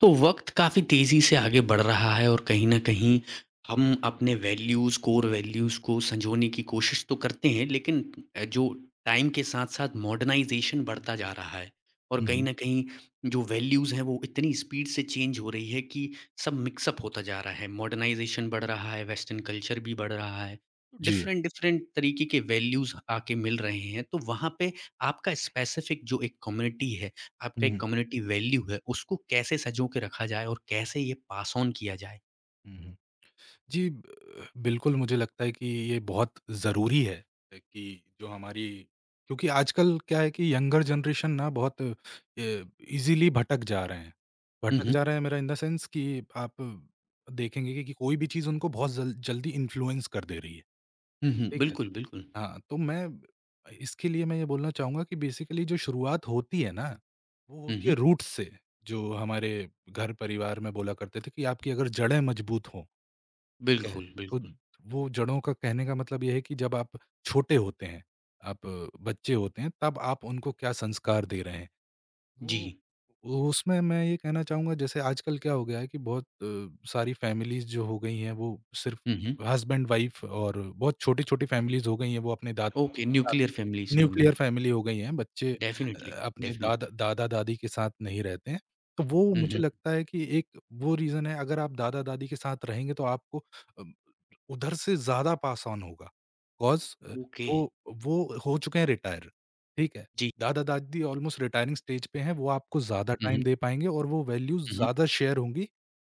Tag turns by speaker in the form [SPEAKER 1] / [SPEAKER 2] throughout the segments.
[SPEAKER 1] तो वक्त काफ़ी तेज़ी से आगे बढ़ रहा है और कहीं न कहीं हम अपने वैल्यूज़, कोर वैल्यूज़ को सँजोने की कोशिश तो करते हैं लेकिन जो टाइम के साथ-साथ मॉडर्नाइज़ेशन बढ़ता जा रहा है और
[SPEAKER 2] हुँ,
[SPEAKER 1] कहीं
[SPEAKER 2] हुँ।
[SPEAKER 1] न कहीं जो वैल्यूज़ हैं वो इतनी स्पीड से चेंज हो रही है कि सब मिक्स अप होता जा रहा है। मॉडर्नाइज़ेशन बढ़ रहा है, वेस्टर्न कल्चर भी बढ़ रहा है।
[SPEAKER 2] जी।
[SPEAKER 1] डिफ़रेंट डिफ़रेंट तरीके के वैल्यूज़ आके मिल रहे हैं। तो वहाँ पे आपका स्पेसिफ़िक जो एक कम्युनिटी है
[SPEAKER 2] हुँ,
[SPEAKER 1] आपका एक
[SPEAKER 2] हुँ,
[SPEAKER 1] कम्युनिटी वैल्यू है, उसको कैसे सँजो के रखा जाए और कैसे ये पास ऑन किया जाए?
[SPEAKER 2] हुँ, हुँ। जी, ब बिल्कुल मुझे लगता है कि ये बहुत ज़रूरी है, कि जो हमारी, क्योंकि आजकल क्या है कि यंगर जनरेशन ना बहुत ईज़िली भटक जा रहे हैं।
[SPEAKER 1] हुँ,
[SPEAKER 2] भटक
[SPEAKER 1] हुँ।
[SPEAKER 2] जा रहे हैं मेरा इन द सेंस कि आप देखेंगे कि कोई भी चीज़ उनको बहुत जल जल्दी इन्फ्लुएंस कर दे रही है,
[SPEAKER 1] हुँ, हुँ।
[SPEAKER 2] ठीक है?
[SPEAKER 1] बिल्कुल, बिल्कुल।
[SPEAKER 2] हाँ, तो मैं, इसके लिए मैं ये बोलना चाहूँगा कि बेसिकली जो शुरुआत होती है ना, वो
[SPEAKER 1] हुँ,
[SPEAKER 2] होती है
[SPEAKER 1] हुँ।
[SPEAKER 2] रूट्स से, जो हमारे घर-परिवार में बोला करते थे कि आपकी अगर जड़ें मजबूत हों, ठीक है?
[SPEAKER 1] बिल्कुल,
[SPEAKER 2] तो
[SPEAKER 1] बिल्कुल।
[SPEAKER 2] वो जड़ों का कहने का मतलब ये है कि जब आप छोटे होते हैं, आप बच्चे होते हैं, तब आप उनको क्या संस्कार दे रहे हैं। वो
[SPEAKER 1] जी।
[SPEAKER 2] उसमें मैं ये कहना चाहूँगा जैसे आजकल क्या हो गया है कि बहुत सारी फैमिलीज़ जो हो गई हैं वो सिर्फ़
[SPEAKER 1] हुँ, हुँ।
[SPEAKER 2] हस्बैंड-वाइफ़ और बहुत छोटी-छोटी फैमिलीज़ हो गई हैं, वो अपने दादा
[SPEAKER 1] ओके,
[SPEAKER 2] साथ,
[SPEAKER 1] nuclear families you
[SPEAKER 2] nuclear
[SPEAKER 1] mean.
[SPEAKER 2] Family हो गई हैं, बच्चे
[SPEAKER 1] डेफ़िनिटली,
[SPEAKER 2] अपने
[SPEAKER 1] डेफ़िनिटली।
[SPEAKER 2] दादा-दादी के साथ नहीं रहते हैं। तो वो
[SPEAKER 1] हुँ,
[SPEAKER 2] मुझे
[SPEAKER 1] हुँ।
[SPEAKER 2] लगता है कि एक वो रीज़न है, अगर आप दादा-दादी के साथ रहेंगे तो आपको अ उधर से ज़्यादा पास ऑन होगा। Cause
[SPEAKER 1] okay.
[SPEAKER 2] वो वो हो चुके हैं रिटायर, ठीक है?
[SPEAKER 1] जी।
[SPEAKER 2] दादा-दादी ऑलमोस्ट रिटायरिंग स्टेज पे हैं, वो आपको ज़्यादा
[SPEAKER 1] हुँ,
[SPEAKER 2] टाइम
[SPEAKER 1] हुँ।
[SPEAKER 2] दे पाएँगे और वो वैल्यूज़
[SPEAKER 1] हुँ, हुँ।
[SPEAKER 2] ज़्यादा शेयर होंगी।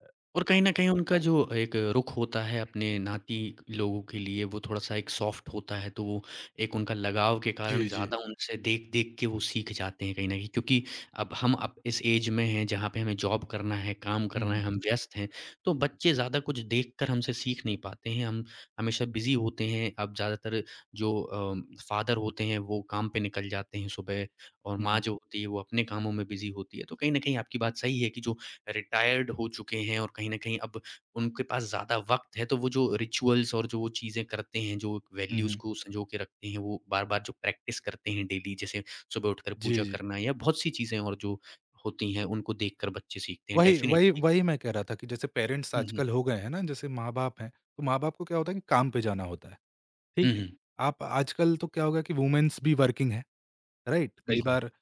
[SPEAKER 2] अ,
[SPEAKER 1] और कहीं न कहीं उनका जो एक रुख होता है अपने नाती लोगों के लिए वो थोड़ा-सा एक सॉफ्ट होता है, तो वो एक उनका लगाव के कारण
[SPEAKER 2] जी, जी।
[SPEAKER 1] ज़्यादा उनसे देख-देख के वो सीख जाते हैं कहीं न कहीं क्योंकि अब इस एज में हैं जहाँ पे हमें जॉब करना है, काम
[SPEAKER 2] हुँ,
[SPEAKER 1] करना है,
[SPEAKER 2] हुँ।
[SPEAKER 1] हम व्यस्त हैं, तो
[SPEAKER 2] हुँ,
[SPEAKER 1] बच्चे ज़्यादा कुछ देखकर हमसे सीख नहीं पाते हैं, हम हमेशा बिज़ी होते हैं। अब ज़्यादातर जो फादर होते हैं वो काम पे निकल जाते हैं सुबह और माँ
[SPEAKER 2] हुँ,
[SPEAKER 1] जो होती है वो अपने कामों में बिज़ी होती है, तो कहीं न कहीं आपकी बात सही है कि जो रिटायर्ड हो चुके हैं और कहीं न कहीं अब उनके पास ज़्यादा वक़्त है, तो वो जो रिचुअल्स और जो वो चीज़ें करते हैं, जो
[SPEAKER 2] हुँ,
[SPEAKER 1] वैल्यूज़
[SPEAKER 2] हुँ।
[SPEAKER 1] को सँजो के रखते हैं, वो बार-बार जो प्रैक्टिस करते हैं डेली, जैसे सुबह उठकर
[SPEAKER 2] जी,
[SPEAKER 1] पूजा
[SPEAKER 2] जी।
[SPEAKER 1] करना या बहुत सी चीज़ें और जो होती हैं, उनको देखकर बच्चे सीखते हैं
[SPEAKER 2] वही वही
[SPEAKER 1] डेफ़िनिटली।
[SPEAKER 2] वही मैं कह रहा था कि जैसे पेरेंट्स
[SPEAKER 1] हुँ, हुँ।
[SPEAKER 2] आजकल हो गए हैं ना, जैसे माँ-बाप हैं, तो माँ-बाप को क्या होता है कि काम पे जाना होता है,
[SPEAKER 1] हुँ,
[SPEAKER 2] ठीक है?
[SPEAKER 1] हुँ।
[SPEAKER 2] आप आजकल तो क्या होगा कि वुमेन्स भी वर्किंग हैं। राइट, कई
[SPEAKER 1] बिल्कुल।
[SPEAKER 2] बार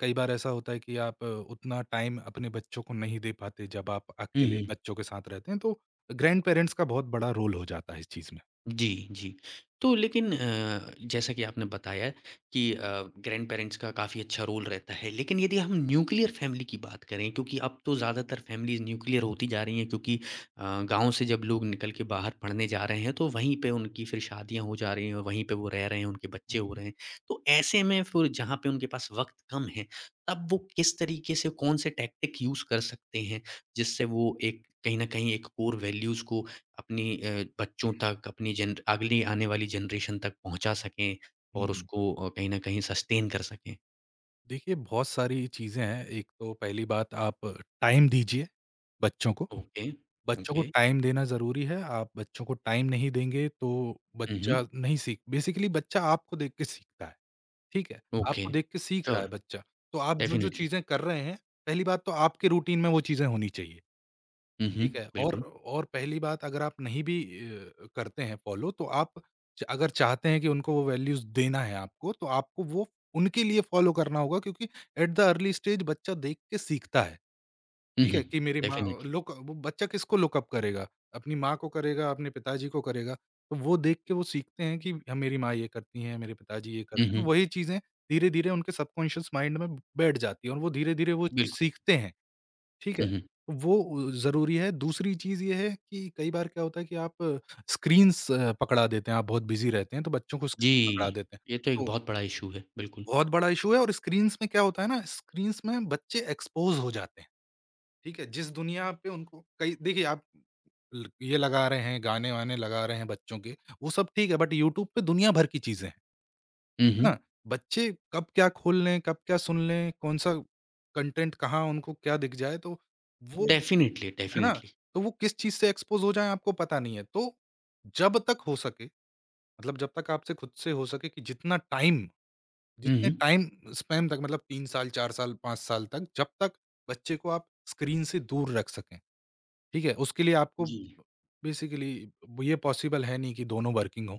[SPEAKER 2] कई बार ऐसा होता है कि आप उतना टाइम अपने बच्चों को नहीं दे पाते, जब आप
[SPEAKER 1] हुँ,
[SPEAKER 2] अकेले
[SPEAKER 1] हुँ।
[SPEAKER 2] बच्चों के साथ रहते हैं तो ग्रैंड पेरेंट्स का बहुत बड़ा रोल हो जाता है इस चीज़ में।
[SPEAKER 1] जी, जी। तो लेकिन जैसा कि आपने बताया कि ग्रैंड-पेरेंट्स का काफ़ी अच्छा रोल रहता है, लेकिन यदि हम न्यूक्लियर फैमिली की बात करें क्योंकि अब तो ज़्यादातर फैमिलीज़ न्यूक्लियर होती जा रही हैं क्योंकि गाँव से जब लोग निकल के बाहर पढ़ने जा रहे हैं, तो वहीं पे उनकी फिर शादियाँ हो जा रही हैं और वहीं पे वो रह रहे हैं, उनके बच्चे हो
[SPEAKER 2] हुँ।
[SPEAKER 1] रहे हैं। तो ऐसे में फिर जहाँ पे उनके पास वक़्त कम है, तब वो किस तरीके से कौन से टैक्टिक यूज़ कर सकते हैं, जिससे वो एक कहीं न कहीं एक कोर वैल्यूज़ को अपनी बच्चों तक, अपनी जेन अगली आने वाली जनरेशन तक पहुँचा सकें और
[SPEAKER 2] हुँ,
[SPEAKER 1] उसको कहीं न कहीं सस्टेन कर सकें।
[SPEAKER 2] देखिए बहुत सारी चीज़ें हैं। एक तो पहली बात, आप टाइम दीजिए बच्चों को।
[SPEAKER 1] ओके,
[SPEAKER 2] बच्चों को
[SPEAKER 1] ओके।
[SPEAKER 2] टाइम देना ज़रूरी है। आप बच्चों को टाइम नहीं देंगे तो
[SPEAKER 1] हुँ, हुँ।
[SPEAKER 2] बच्चा नहीं सीख, बेसिकली बच्चा आपको देख के सीखता है, ठीक है?
[SPEAKER 1] ओके।
[SPEAKER 2] आपको देख के सीख रहा है
[SPEAKER 1] श्योर,
[SPEAKER 2] बच्चा। तो आप जो-जो
[SPEAKER 1] डेफ़िनिटली।
[SPEAKER 2] चीज़ें कर रहे हैं, पहली बात तो आपके रूटीन में वो चीज़ें होनी चाहिए।
[SPEAKER 1] हुँ, हुँ,
[SPEAKER 2] ठीक है, और
[SPEAKER 1] बिल्कुल।
[SPEAKER 2] पहली बात, अगर आप नहीं भी करते हैं फ़ॉलो, तो आप च अगर चाहते हैं कि उनको वो वैल्यूज़ देना है आपको, तो आपको वो उनके लिए फ़ॉलो करना होगा क्योंकि एट द अर्ली स्टेज बच्चा देख के सीखता है,
[SPEAKER 1] हुँ,
[SPEAKER 2] ठीक
[SPEAKER 1] हुँ,
[SPEAKER 2] है? कि मेरी माँ,
[SPEAKER 1] डेफ़िनिटली।
[SPEAKER 2] लुक, वो बच्चा किसको लुक अप करेगा? अपनी माँ को करेगा, अपने पिताजी को करेगा, तो वो देख के वो सीखते हैं कि ह मेरी माँ ये करती हैं, मेरे पिताजी ये करते
[SPEAKER 1] हुँ,
[SPEAKER 2] हैं, तो
[SPEAKER 1] हुँ,
[SPEAKER 2] वही चीज़ें धीरे-धीरे उनके सबकॉन्शियस माइंड में बैठ जाती हैं और वो धीरे-धीरे वो चीज़
[SPEAKER 1] बिल्कुल।
[SPEAKER 2] सीखते हैं। ठीक है?
[SPEAKER 1] हुँ, हुँ।
[SPEAKER 2] वो ज़रूरी है। दूसरी चीज़ ये है कि कई बार क्या होता है कि आप स्क्रीन्स पकड़ा देते हैं, आप बहुत बिज़ी रहते हैं, तो बच्चों को स्क्रीन पकड़ा
[SPEAKER 1] जी,
[SPEAKER 2] देते हैं।
[SPEAKER 1] ये तो एक
[SPEAKER 2] तो
[SPEAKER 1] बहुत बड़ा इश्यू है, बिल्कुल।
[SPEAKER 2] बहुत बड़ा इश्यू है, और स्क्रीन्स में क्या होता है ना, स्क्रीन्स में बच्चे एक्सपोज़ हो जाते हैं, ठीक है? जिस दुनिया पे उनको, कई, देखिए, आप ल ये लगा रहे हैं, गाने-वाने लगा रहे हैं बच्चों के, वो सब ठीक है, बट यूट्यूब पे दुनिया भर की चीज़ें हैं,
[SPEAKER 1] हुँ,
[SPEAKER 2] है
[SPEAKER 1] हुँ।
[SPEAKER 2] ना? बच्चे कब क्या खोल लें, कब क्या सुन लें, कौन-सा कंटेंट कहाँ उनको क्या दिख जाए, तो वो,
[SPEAKER 1] डेफ़िनिटली,
[SPEAKER 2] है ना?
[SPEAKER 1] डेफ़िनिटली।
[SPEAKER 2] तो वो किस चीज़ से एक्सपोज़ हो जाएँ आपको पता नहीं है। तो जब तक हो सके, मतलब जब तक आपसे खुद से हो सके कि जितना टाइम
[SPEAKER 1] हुँ,
[SPEAKER 2] जितने
[SPEAKER 1] हुँ।
[SPEAKER 2] टाइम स्पैन तक, मतलब 3 साल, 4 साल, 5 साल तक जब तक बच्चे को आप स्क्रीन से दूर रख सकें, ठीक है? उसके लिए आपको
[SPEAKER 1] जी।
[SPEAKER 2] बेसिकली, ये पॉसिबल है नहीं कि दोनों वर्किंग हों,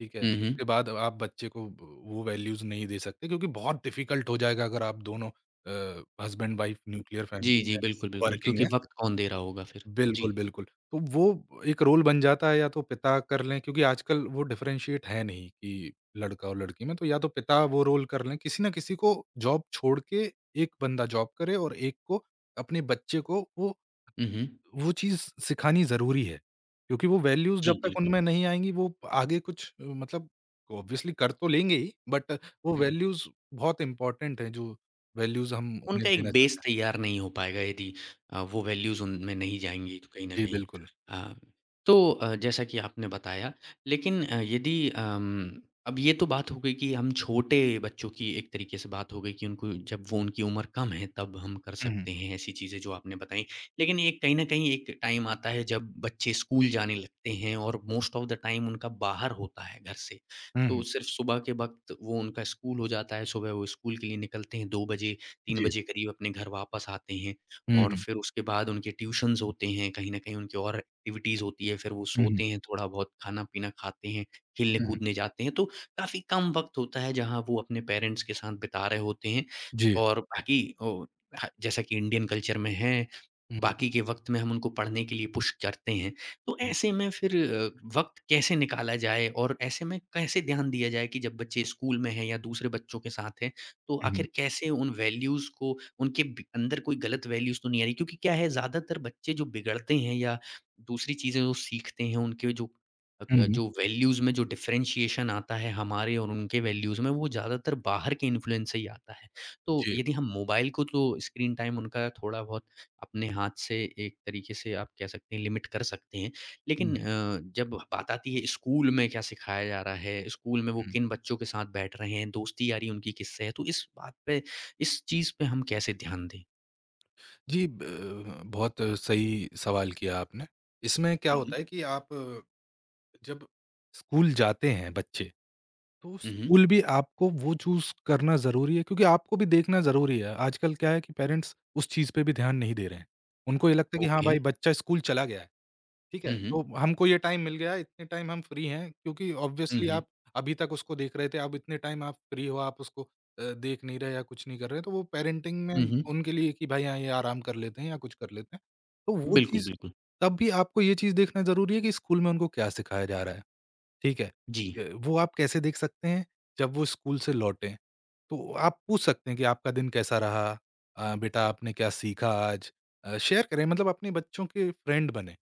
[SPEAKER 2] ठीक है?
[SPEAKER 1] हुँ, हुँ।
[SPEAKER 2] उसके बाद आप बच्चे को वो वैल्यूज़ नहीं दे सकते क्योंकि बहुत डिफ़िकल्ट हो जाएगा अगर आप दोनों हस्बैंड-वाइफ न्यूक्लियर
[SPEAKER 1] जी,
[SPEAKER 2] फैमिली
[SPEAKER 1] जी,
[SPEAKER 2] में
[SPEAKER 1] बिल्कुल, बिल्कुल,
[SPEAKER 2] वर्किंग
[SPEAKER 1] क्योंकि
[SPEAKER 2] हैं।
[SPEAKER 1] वक़्त कौन दे रहा होगा फिर?
[SPEAKER 2] बिल्कुल,
[SPEAKER 1] जी।
[SPEAKER 2] बिल्कुल। तो वो एक रोल बन जाता है, या तो पिता कर लें, क्योंकि आजकल वो डिफरेंशिएट है नहीं कि लड़का और लड़की में, तो या तो पिता वो रोल कर लें, किसी न किसी को जॉब छोड़ के एक बंदा जॉब करे और एक को अपने बच्चे को
[SPEAKER 1] हुँ, हुँ।
[SPEAKER 2] वो चीज़ सिखानी ज़रूरी है। क्योंकि वो वैल्यूज़ जब
[SPEAKER 1] जी,
[SPEAKER 2] तक
[SPEAKER 1] बिल्कुल।
[SPEAKER 2] उनमें नहीं आएँगी, वो आगे कुछ मतलब ऑब्वियसली कर तो लेंगे ही, बट वो
[SPEAKER 1] हुँ, हुँ।
[SPEAKER 2] वैल्यूज़ बहुत इम्पोर्टेंट हैं, जो वैल्यूज़ हम उन्हें
[SPEAKER 1] उनका
[SPEAKER 2] देना
[SPEAKER 1] एक बेस
[SPEAKER 2] चाहते हैं।
[SPEAKER 1] तैयार नहीं हो पाएगा यदि वो वैल्यूज़ उनमें नहीं जाएँगी तो कहीं न
[SPEAKER 2] जी,
[SPEAKER 1] कहीं।
[SPEAKER 2] बिल्कुल।
[SPEAKER 1] अ, तो जैसा कि आपने बताया लेकिन यदि अब ये तो बात हो गई कि हम छोटे बच्चों की एक तरीके से बात हो गई कि उनको जब वो उनकी उम्र कम है तब हम कर
[SPEAKER 2] हुँ, हुँ।
[SPEAKER 1] सकते हैं ऐसी चीज़ें जो आपने बताई। लेकिन एक कहीं न कहीं एक टाइम आता है जब बच्चे स्कूल जाने लगते हैं और मोस्ट ऑफ द टाइम उनका बाहर होता है घर से।
[SPEAKER 2] हुँ,
[SPEAKER 1] तो
[SPEAKER 2] हुँ।
[SPEAKER 1] सिर्फ़ सुबह के वक़्त वो उनका स्कूल हो जाता है, सुबह वो स्कूल के लिए निकलते हैं 2 बजे 3
[SPEAKER 2] जी।
[SPEAKER 1] बजे करीब अपने घर वापस आते हैं
[SPEAKER 2] हुँ,
[SPEAKER 1] और
[SPEAKER 2] हुँ।
[SPEAKER 1] फिर उसके बाद उनके ट्यूशन्स होते हैं, कहीं न कहीं उनकी और एक्टिविटीज़ होती है, फिर वो
[SPEAKER 2] हुँ, हुँ।
[SPEAKER 1] सोते हैं, थोड़ा बहुत खाना-पीना खाते हैं,
[SPEAKER 2] हुँ।
[SPEAKER 1] खेलने-कूदने जाते हैं, तो काफ़ी कम वक़्त होता है जहाँ वो अपने पेरेंट्स के साथ बिता रहे होते हैं
[SPEAKER 2] जी।
[SPEAKER 1] और बाकी ओ ह जैसा कि इंडियन कल्चर में है,
[SPEAKER 2] हुँ,
[SPEAKER 1] बाकी के वक़्त में हम उनको पढ़ने के लिए पुश करते हैं। तो
[SPEAKER 2] हुँ,
[SPEAKER 1] ऐसे में फिर वक़्त कैसे निकाला जाए और ऐसे में कैसे ध्यान दिया जाए कि जब बच्चे स्कूल में हैं या दूसरे बच्चों के साथ हैं तो
[SPEAKER 2] हुँ,
[SPEAKER 1] आखिर कैसे उन वैल्यूज़ को उनके बी अंदर कोई गलत वैल्यूज़ तो नहीं आ रही? क्योंकि क्या है ज़्यादातर बच्चे जो बिगड़ते हैं या दूसरी चीज़ें जो सीखते हैं उनके जो
[SPEAKER 2] हुँ, हुँ।
[SPEAKER 1] जो वैल्यूज़ में जो डिफ़रेंशिएशन आता है हमारे और उनके वैल्यूज़ में वो ज़्यादातर बाहर के इन्फ्लुएंस से ही आता है। तो
[SPEAKER 2] जी।
[SPEAKER 1] यदि हम मोबाइल को तो स्क्रीन टाइम उनका थोड़ा-बहुत अपने हाथ से एक तरीके से आप कह सकते हैं लिमिट कर सकते हैं।
[SPEAKER 2] हुँ,
[SPEAKER 1] लेकिन
[SPEAKER 2] हुँ,
[SPEAKER 1] जब बात आती है स्कूल में क्या सिखाया जा रहा है, स्कूल में वो
[SPEAKER 2] हुँ।
[SPEAKER 1] किन बच्चों के साथ बैठ रहे हैं, दोस्ती-यारी उनकी किससे है, तो इस बात पे इस चीज़ पे हम कैसे ध्यान दें?
[SPEAKER 2] जी, ब बहुत सही सवाल किया आपने। इसमें क्या
[SPEAKER 1] हुँ,
[SPEAKER 2] होता है
[SPEAKER 1] हुँ।
[SPEAKER 2] कि आप जब स्कूल जाते हैं बच्चे, तो
[SPEAKER 1] हुँ, हुँ।
[SPEAKER 2] स्कूल भी आपको वो चूज़ करना ज़रूरी है क्योंकि आपको भी देखना ज़रूरी है। आजकल क्या है कि पेरेंट्स उस चीज़ पे भी ध्यान नहीं दे रहे हैं। उनको ये लगता है कि हाँ
[SPEAKER 1] ओके।
[SPEAKER 2] भाई, बच्चा स्कूल चला गया है। ठीक है?
[SPEAKER 1] हुँ,
[SPEAKER 2] तो
[SPEAKER 1] हुँ।
[SPEAKER 2] हमको ये टाइम मिल गया है, इतने टाइम हम फ्री हैं, क्योंकि
[SPEAKER 1] हुँ,
[SPEAKER 2] ऑब्वियसली
[SPEAKER 1] हुँ।
[SPEAKER 2] आप अभी तक उसको देख रहे थे, अब इतने टाइम आप फ्री हो, आप उसको देख नहीं रहे या कुछ नहीं कर रहे, तो वो पेरेंटिंग में
[SPEAKER 1] हुँ, हुँ।
[SPEAKER 2] उनके लिए कि भाई हाँ, ये आराम कर लेते हैं या कुछ कर लेते हैं। तो वो
[SPEAKER 1] बिल्कुल,
[SPEAKER 2] चीज़,
[SPEAKER 1] बिल्कुल।
[SPEAKER 2] तब भी आपको ये चीज़ देखना ज़रूरी है कि स्कूल में उनको क्या सिखाया जा रहा है, ठीक है?
[SPEAKER 1] जी।
[SPEAKER 2] वो आप कैसे देख सकते हैं? जब वो स्कूल से लौटें। तो आप पूछ सकते हैं कि आपका दिन कैसा रहा? बेटा आपने क्या सीखा आज? शेयर करें, मतलब अपने बच्चों के फ्रेंड बनें,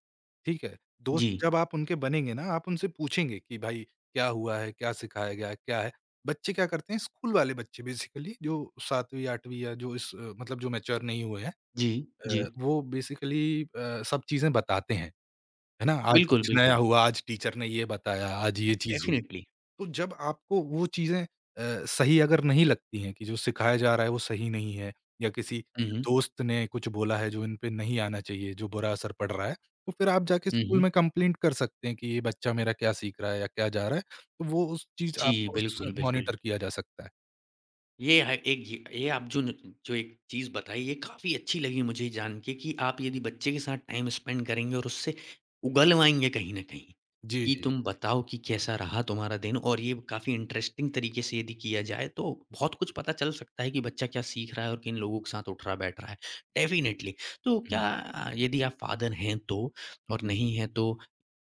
[SPEAKER 2] ठीक है? दोस्त
[SPEAKER 1] जी।
[SPEAKER 2] जब आप उनके बनेंगे ना, आप उनसे पूछेंगे कि भाई क्या हुआ है? क्या सिखाया गया है? क्या है? बच्चे क्या करते हैं, स्कूल वाले बच्चे, बेसिकली जो 7वीं 8वीं या जो इस मतलब जो मैच्योर नहीं हुए हैं,
[SPEAKER 1] जी,
[SPEAKER 2] अ,
[SPEAKER 1] जी।
[SPEAKER 2] वो बेसिकली सब चीज़ें बताते हैं, है ना? आज
[SPEAKER 1] बिल्कुल,
[SPEAKER 2] कुछ नया
[SPEAKER 1] बिल्कुल।
[SPEAKER 2] हुआ, आज टीचर ने ये बताया, आज ये चीज़ हुई।
[SPEAKER 1] डेफ़िनिटली।
[SPEAKER 2] तो जब आपको वो चीज़ें सही अगर नहीं लगती हैं कि जो सिखाया जा रहा है वो सही नहीं है या किसी
[SPEAKER 1] हुँ, हुँ।
[SPEAKER 2] दोस्त ने कुछ बोला है जो इन पे नहीं आना चाहिए, जो बुरा असर पड़ रहा है, तो फिर आप जाके
[SPEAKER 1] हुँ,
[SPEAKER 2] स्कूल
[SPEAKER 1] हुँ।
[SPEAKER 2] में कंप्लेंट कर सकते हैं कि ये बच्चा मेरा क्या सीख रहा है या क्या जा रहा है, तो वो, उस चीज़,
[SPEAKER 1] जी,
[SPEAKER 2] आपको उस
[SPEAKER 1] बिल्कुल, बिल्कुल।
[SPEAKER 2] मॉनिटर किया जा सकता है।
[SPEAKER 1] ये है एक ये आप जो न जो एक चीज़ बताई ये काफ़ी अच्छी लगी मुझे जान के कि आप यदि बच्चे के साथ टाइम स्पेंड करेंगे और उससे उगलवाएँगे कहीं न कहीं,
[SPEAKER 2] जी,
[SPEAKER 1] कि
[SPEAKER 2] जी, जी।
[SPEAKER 1] तुम बताओ कि कैसा रहा तुम्हारा दिन और ये काफ़ी इंटरेस्टिंग तरीके से यदि किया जाए तो बहुत कुछ पता चल सकता है कि बच्चा क्या सीख रहा है और किन लोगों के साथ उठ रहा बैठ रहा है। डेफ़िनेटली, तो
[SPEAKER 2] हुँ,
[SPEAKER 1] क्या यदि आप फ़ादर हैं तो
[SPEAKER 2] हुँ,
[SPEAKER 1] और
[SPEAKER 2] हुँ।
[SPEAKER 1] नहीं हैं तो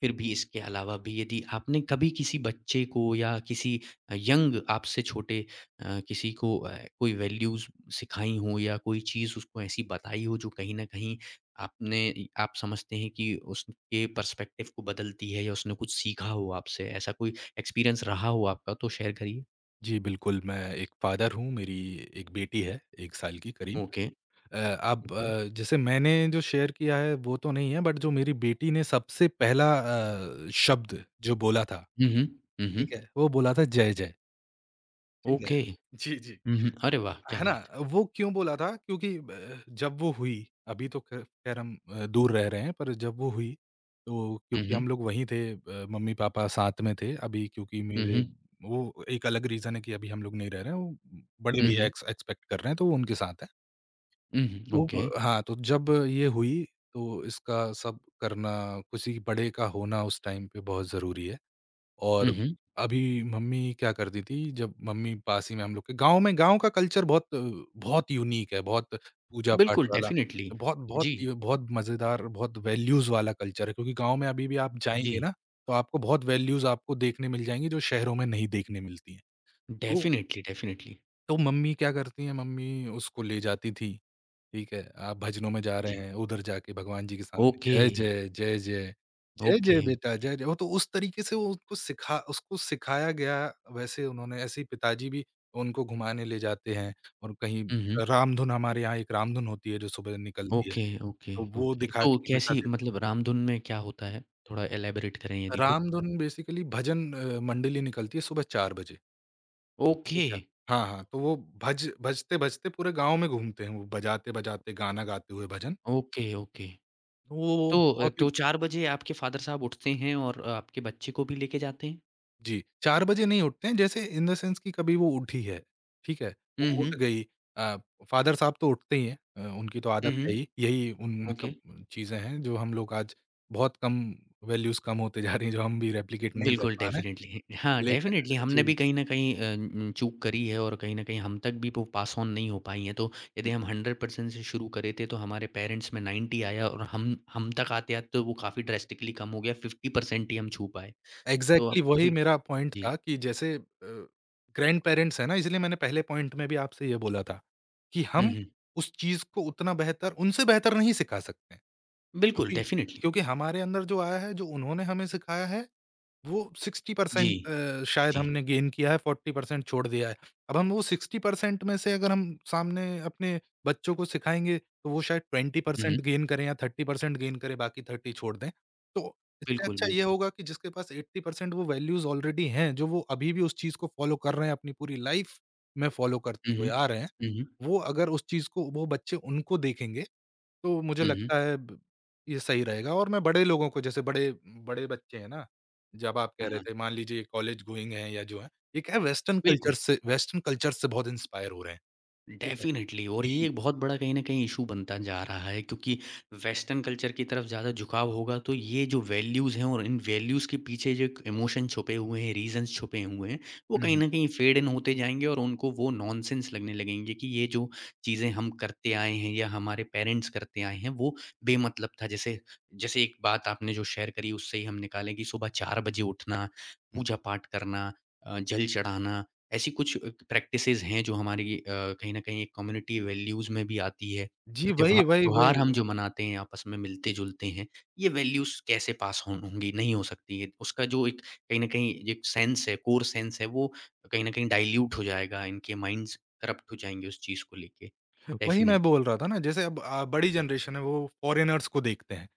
[SPEAKER 1] फिर भी इसके अलावा भी यदि आपने कभी किसी बच्चे को या किसी यंग आपसे छोटे किसी को कोई वैल्यूज़ सिखाई हो या कोई चीज़ उसको ऐसी बताई हो जो कहीं न कहीं आपने आप समझते हैं कि उसके पर्सपेक्टिव को बदलती है या उसने कुछ सीखा हो आपसे, ऐसा कोई एक्सपीरियंस रहा हो आपका तो शेयर करिए?
[SPEAKER 2] जी, बिल्कुल, मैं एक फादर हूँ, मेरी एक बेटी है, 1 साल की करीब।
[SPEAKER 1] ओके,
[SPEAKER 2] अ, अब
[SPEAKER 1] ओके।
[SPEAKER 2] जैसे मैंने जो शेयर किया है वो तो नहीं है, बट जो मेरी बेटी ने सबसे पहला शब्द जो बोला था,
[SPEAKER 1] हुँ, हुँ। हुँ, हुँ।
[SPEAKER 2] ठीक है? वो बोला था जय जय, ठीक है?
[SPEAKER 1] ओके। हुँ,
[SPEAKER 2] जी, जी।
[SPEAKER 1] हुँ। अरे वाह! क्या
[SPEAKER 2] है ना?
[SPEAKER 1] बात है।
[SPEAKER 2] वो क्यों बोला था, क्योंकि जब वो हुई, अभी तो ख खैर हम दूर रह रहे हैं, पर जब वो हुई, तो
[SPEAKER 1] हुँ,
[SPEAKER 2] क्योंकि
[SPEAKER 1] हुँ।
[SPEAKER 2] हम लोग वहीं थे, मम्मी-पापा साथ में थे, अभी क्योंकि
[SPEAKER 1] हुँ,
[SPEAKER 2] मेरे,
[SPEAKER 1] हुँ।
[SPEAKER 2] वो एक अलग रीज़न है कि अभी हम लोग नहीं रह रहे हैं, वो बड़े
[SPEAKER 1] हुँ,
[SPEAKER 2] भैया
[SPEAKER 1] हुँ।
[SPEAKER 2] एक्सपेक्ट कर रहे हैं तो वो उनके साथ हैं।
[SPEAKER 1] हुँ, हुँ।
[SPEAKER 2] तो
[SPEAKER 1] ओके।
[SPEAKER 2] ब हाँ, तो जब ये हुई, तो इसका सब करना, किसी बड़े का होना उस टाइम पे बहुत ज़रूरी है।
[SPEAKER 1] हुँ,
[SPEAKER 2] और
[SPEAKER 1] हुँ।
[SPEAKER 2] अभी मम्मी क्या करती थी, जब मम्मी पास ही में, हम लोग के गाँव में, गाँव का कल्चर बहुत बहुत यूनिक है, बहुत पूजा-पाठ
[SPEAKER 1] बिल्कुल,
[SPEAKER 2] वाला,
[SPEAKER 1] डेफ़िनिटली।
[SPEAKER 2] बहुत बहुत
[SPEAKER 1] जी।
[SPEAKER 2] ये बहुत मज़ेदार, बहुत वैल्यूज़ वाला कल्चर है, क्योंकि गाँव में अभी भी आप जाएँगे
[SPEAKER 1] जी,
[SPEAKER 2] ना, तो आपको बहुत वैल्यूज़ आपको देखने मिल जाएँगी, जो शहरों में नहीं देखने मिलती हैं। तो
[SPEAKER 1] डेफ़िनेटली, डेफ़िनेटली।
[SPEAKER 2] तो मम्मी क्या करती हैं, मम्मी उसको ले जाती थी, ठीक है, आप भजनों में जा रहे
[SPEAKER 1] जी,
[SPEAKER 2] हैं, उधर जाके भगवान जी के सामने
[SPEAKER 1] ओके,
[SPEAKER 2] जय जय, जय जय, जय
[SPEAKER 1] ओके।
[SPEAKER 2] जय बेटा जय जय, वो तो उस तरीके से वो उसको सिखा उसको सिखाया गया। वैसे उन्होंने ऐसे ही, पिताजी भी उनको घुमाने ले जाते हैं, और कहीं,
[SPEAKER 1] हुँ, हुँ।
[SPEAKER 2] रामधुन, हमारे यहाँ एक रामधुन होती है जो सुबह निकलती है,
[SPEAKER 1] ओके, ओके,
[SPEAKER 2] तो वो
[SPEAKER 1] ओके।
[SPEAKER 2] दिखा के
[SPEAKER 1] तो
[SPEAKER 2] कि बेटा
[SPEAKER 1] कैसी
[SPEAKER 2] देखो,
[SPEAKER 1] मतलब रामधुन में क्या होता है? थोड़ा इलैबोरेट करें यदि तो?
[SPEAKER 2] रामधुन बेसिकली भजन मंडली निकलती है सुबह 4 बजे,
[SPEAKER 1] ओके,
[SPEAKER 2] ठीक है। हाँ, हाँ, तो वो भज भजते-भजते पूरे गाँव में घूमते हैं, वो बजाते-बजाते गाना गाते हुए भजन,
[SPEAKER 1] ओके, ओके।
[SPEAKER 2] तो वो
[SPEAKER 1] तो
[SPEAKER 2] बहुत ही,
[SPEAKER 1] तो 4 बजे आपके फ़ादर साहब उठते हैं और आपके बच्चे को भी लेके जाते हैं?
[SPEAKER 2] जी, 4 बजे नहीं उठते हैं, जैसे इन द सेंस कि कभी वो उठी है, ठीक है? वो
[SPEAKER 1] हुँ,
[SPEAKER 2] उठ
[SPEAKER 1] हुँ।
[SPEAKER 2] गई, अ, फ़ादर साहब तो उठते ही हैं, उनकी तो आदत
[SPEAKER 1] हुँ,
[SPEAKER 2] है
[SPEAKER 1] हुँ।
[SPEAKER 2] ही, यही उन,
[SPEAKER 1] ओके।
[SPEAKER 2] मतलब चीज़ें हैं जो हम लोग आज बहुत कम, वैल्यूज़ कम होते जा रही हैं, जो हम भी रेप्लिकेट नहीं कर
[SPEAKER 1] बिल्कुल,
[SPEAKER 2] पा रहे हैं,
[SPEAKER 1] डेफ़िनेटली। हाँ,
[SPEAKER 2] लेकिन,
[SPEAKER 1] डेफ़िनेटली हमने
[SPEAKER 2] जी,
[SPEAKER 1] भी कहीं न कहीं चूक करी है और कहीं न कहीं हम तक भी वो पास ऑन नहीं हो पाई हैं। तो
[SPEAKER 2] हुँ,
[SPEAKER 1] यदि हम
[SPEAKER 2] हुँ।
[SPEAKER 1] 100% से शुरू करे थे, तो हमारे पेरेंट्स में 90 आया और हम तक आते-आते तो वो काफ़ी ड्रास्टिकली कम हो गया, 50% ही हम छू पाए। तो
[SPEAKER 2] एग्ज़ैक्टली
[SPEAKER 1] अब
[SPEAKER 2] वही
[SPEAKER 1] अभी
[SPEAKER 2] मेरा पॉइंट
[SPEAKER 1] जी।
[SPEAKER 2] था कि जैसे ग्रैंडपेरेंट्स हैं ना, इसलिए मैंने पहले पॉइंट में भी आपसे ये बोला था कि
[SPEAKER 1] हुँ,
[SPEAKER 2] हम
[SPEAKER 1] हुँ।
[SPEAKER 2] उस चीज़ को उतना बेहतर उनसे बेहतर नहीं सिखा सकते हैं।
[SPEAKER 1] बिल्कुल,
[SPEAKER 2] क्योंकि
[SPEAKER 1] डेफ़िनेटली।
[SPEAKER 2] क्योंकि हमारे अंदर जो आया है, जो उन्होंने हमें सिखाया है, वो
[SPEAKER 1] जी,
[SPEAKER 2] 60% शायद
[SPEAKER 1] जी।
[SPEAKER 2] हमने गेन किया है, 40% छोड़ दिया है। अब हम वो 60% में से अगर हम सामने अपने बच्चों को सिखाएँगे, तो वो शायद
[SPEAKER 1] हुँ, हुँ।
[SPEAKER 2] 20% गेन करें या 30% गेन करें, बाकी 30 छोड़ दें। तो इससे
[SPEAKER 1] बिल्कुल,
[SPEAKER 2] अच्छा ये
[SPEAKER 1] बिल्कुल।
[SPEAKER 2] होगा कि जिसके पास 80% वो वैल्यूज़ ऑलरेडी हैं, जो वो अभी भी उस चीज़ को फ़ॉलो कर रहे हैं, अपनी पूरी लाइफ़ में फ़ॉलो करते
[SPEAKER 1] हुँ, हुँ।
[SPEAKER 2] हुए आ रहे हैं,
[SPEAKER 1] हुँ, हुँ।
[SPEAKER 2] वो अगर उस चीज़ को वो बच्चे उनको देखेंगे तो मुझे
[SPEAKER 1] हुँ, हुँ।
[SPEAKER 2] लगता है, ब ये सही रहेगा। और मैं बड़े लोगों को, जैसे बड़े, बड़े बच्चे हैं ना, जब आप कह
[SPEAKER 1] हाँ,
[SPEAKER 2] रहे
[SPEAKER 1] हाँ।
[SPEAKER 2] थे, मान लीजिए कॉलेज गोइंग हैं या जो हैं, ये क्या है,
[SPEAKER 1] बिल्कुल।
[SPEAKER 2] वेस्टर्न कल्चर से बहुत इंस्पायर हो रहे हैं। ठीक है।
[SPEAKER 1] डेफ़िनेटली और ये
[SPEAKER 2] कि,
[SPEAKER 1] एक बहुत बड़ा कहीं न कहीं इश्यू बनता जा रहा है क्योंकि वेस्टर्न कल्चर की तरफ ज़्यादा झुकाव होगा तो ये जो वैल्यूज़ हैं और इन वैल्यूज़ के पीछे जो एक इमोशन छुपे हुए हैं, रीज़न्स छुपे हुए हैं, वो कहीं
[SPEAKER 2] हुँ,
[SPEAKER 1] न कहीं फेड इन होते जाएँगे और उनको वो नॉनसेंस लगने लगेंगे कि ये जो चीज़ें हम करते आए हैं या हमारे पेरेंट्स करते आए हैं, वो बेमतलब था। जैसे जैसे एक बात आपने जो शेयर करी उससे ही हम निकालें कि सुबह 4 बजे उठना,
[SPEAKER 2] हुँ।
[SPEAKER 1] पूजा-पाठ करना जल चढ़ाना ऐसी कुछ प्रैक्टिसेज़ हैं जो हमारी कहीं न कहीं कम्युनिटी वैल्यूज़ में भी आती है।
[SPEAKER 2] जी, वही, वही,
[SPEAKER 1] त्योहार हम
[SPEAKER 2] वही।
[SPEAKER 1] जो मनाते हैं, आपस में मिलते-जुलते हैं, ये वैल्यूज़ कैसे पास होंगी, नहीं हो सकती है। उसका जो एक कहीं न कहीं एक सेंस है, कोर सेंस है, वो कहीं न कहीं डाइल्यूट हो जाएगा, इनके माइंड्स करप्ट हो जाएँगे उस चीज़ को लेके,
[SPEAKER 2] वही मैं
[SPEAKER 1] डेफ़िनिटली।
[SPEAKER 2] बोल रहा था ना, जैसे अब बड़ी जनरेशन है वो फॉरेनर्स को देखते हैं,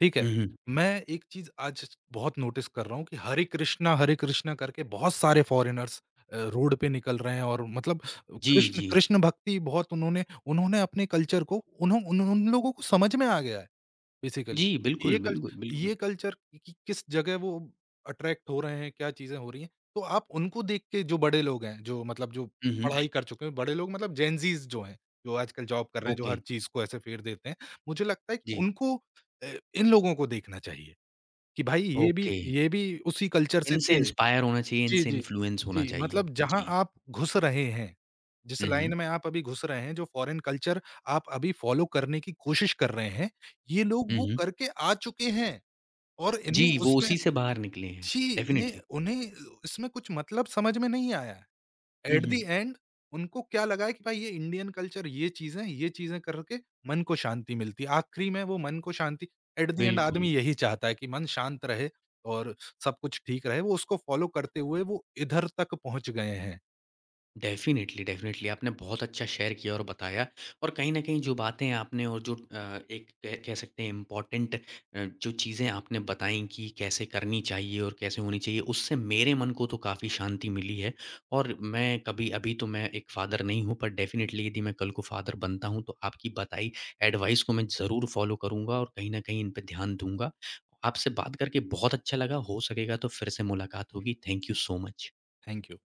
[SPEAKER 2] ठीक है?
[SPEAKER 1] हुँ, हुँ।
[SPEAKER 2] मैं एक चीज़ आज बहुत नोटिस कर रहा हूँ कि हरे कृष्णा करके बहुत सारे फॉरेनर्स रोड पे निकल रहे हैं, और मतलब
[SPEAKER 1] जी,
[SPEAKER 2] कृष्ण
[SPEAKER 1] जी।
[SPEAKER 2] कृष्ण भक्ति बहुत, उन्होंने उन्होंने अपने कल्चर को, उन्हों उन उन लोगों को समझ में आ गया है। बेसिकली।
[SPEAKER 1] जी,
[SPEAKER 2] ये
[SPEAKER 1] बिल्कुल,
[SPEAKER 2] कल
[SPEAKER 1] बिल्कुल, बिल्कुल।
[SPEAKER 2] ये कल्चर, कि किस जगह वो अट्रैक्ट हो रहे हैं, क्या चीज़ें हो रही हैं। तो आप उनको देख के, जो बड़े लोग हैं, जो, मतलब जो
[SPEAKER 1] हुँ, हुँ।
[SPEAKER 2] पढ़ाई कर चुके हैं, बड़े लोग मतलब जेन ज़ीज़ जो हैं, जो आजकल जॉब कर रहे हैं, जो
[SPEAKER 1] ओके,
[SPEAKER 2] हर चीज़ को ऐसे फेर देते हैं। मुझे लगता है कि
[SPEAKER 1] जी,
[SPEAKER 2] उनको अ, इन लोगों को देखना चाहिए कि भाई
[SPEAKER 1] ओके।
[SPEAKER 2] ये भी उसी कल्चर से
[SPEAKER 1] इनसे
[SPEAKER 2] थे।
[SPEAKER 1] इंस्पायर होना चाहिए,
[SPEAKER 2] जी,
[SPEAKER 1] इनसे
[SPEAKER 2] जी, जी।
[SPEAKER 1] इन्फ्लुएंस होना
[SPEAKER 2] जी,
[SPEAKER 1] चाहिए।
[SPEAKER 2] मतलब जहाँ
[SPEAKER 1] जी।
[SPEAKER 2] आप घुस रहे हैं, जिस
[SPEAKER 1] हुँ, हुँ।
[SPEAKER 2] लाइन में आप अभी घुस रहे हैं, जो फॉरेन कल्चर आप अभी फ़ॉलो करने की कोशिश कर रहे हैं, ये लोग
[SPEAKER 1] हुँ,
[SPEAKER 2] वो
[SPEAKER 1] हुँ।
[SPEAKER 2] करके आ चुके हैं और
[SPEAKER 1] जी,
[SPEAKER 2] इन्हें
[SPEAKER 1] वो
[SPEAKER 2] उसमें,
[SPEAKER 1] उसी से बाहर निकले हैं,
[SPEAKER 2] जी, इन्हें
[SPEAKER 1] डेफ़िनिटली।
[SPEAKER 2] उन्हें इसमें कुछ, मतलब समझ में नहीं आया। है।
[SPEAKER 1] हुँ,
[SPEAKER 2] एट द
[SPEAKER 1] हुँ।
[SPEAKER 2] एंड, उनको क्या लगा है कि भाई ये इंडियन कल्चर, ये चीज़ें करके मन को शांति मिलती है। आखिरी में वो मन को शांति, एट द एंड
[SPEAKER 1] बिल्कुल।
[SPEAKER 2] आदमी यही चाहता है कि मन शांत रहे और सब कुछ ठीक रहे। वो उसको फॉलो करते हुए वो इधर तक पहुँच गए हैं।
[SPEAKER 1] डेफ़िनिटली, डेफ़िनिटली आपने बहुत अच्छा शेयर किया और बताया और कहीं न कहीं जो बातें आपने और जो एक कह कह सकते हैं इम्पोर्टेंट जो चीज़ें आपने बताई कि कैसे करनी चाहिए और कैसे होनी चाहिए, उससे मेरे मन को तो काफ़ी शांति मिली है। और मैं कभी अभी तो मैं एक फ़ादर नहीं हूँ, पर डेफ़िनिटली यदि मैं कल को फ़ादर बनता हूँ, तो आपकी बताई एडवाइस को मैं ज़रूर फ़ॉलो करूँगा और कहीं न कहीं इन पे ध्यान दूँगा। आपसे बात करके बहुत अच्छा लगा, हो सकेगा तो फिर से मुलाकात होगी। Thank you so much.
[SPEAKER 2] Thank you.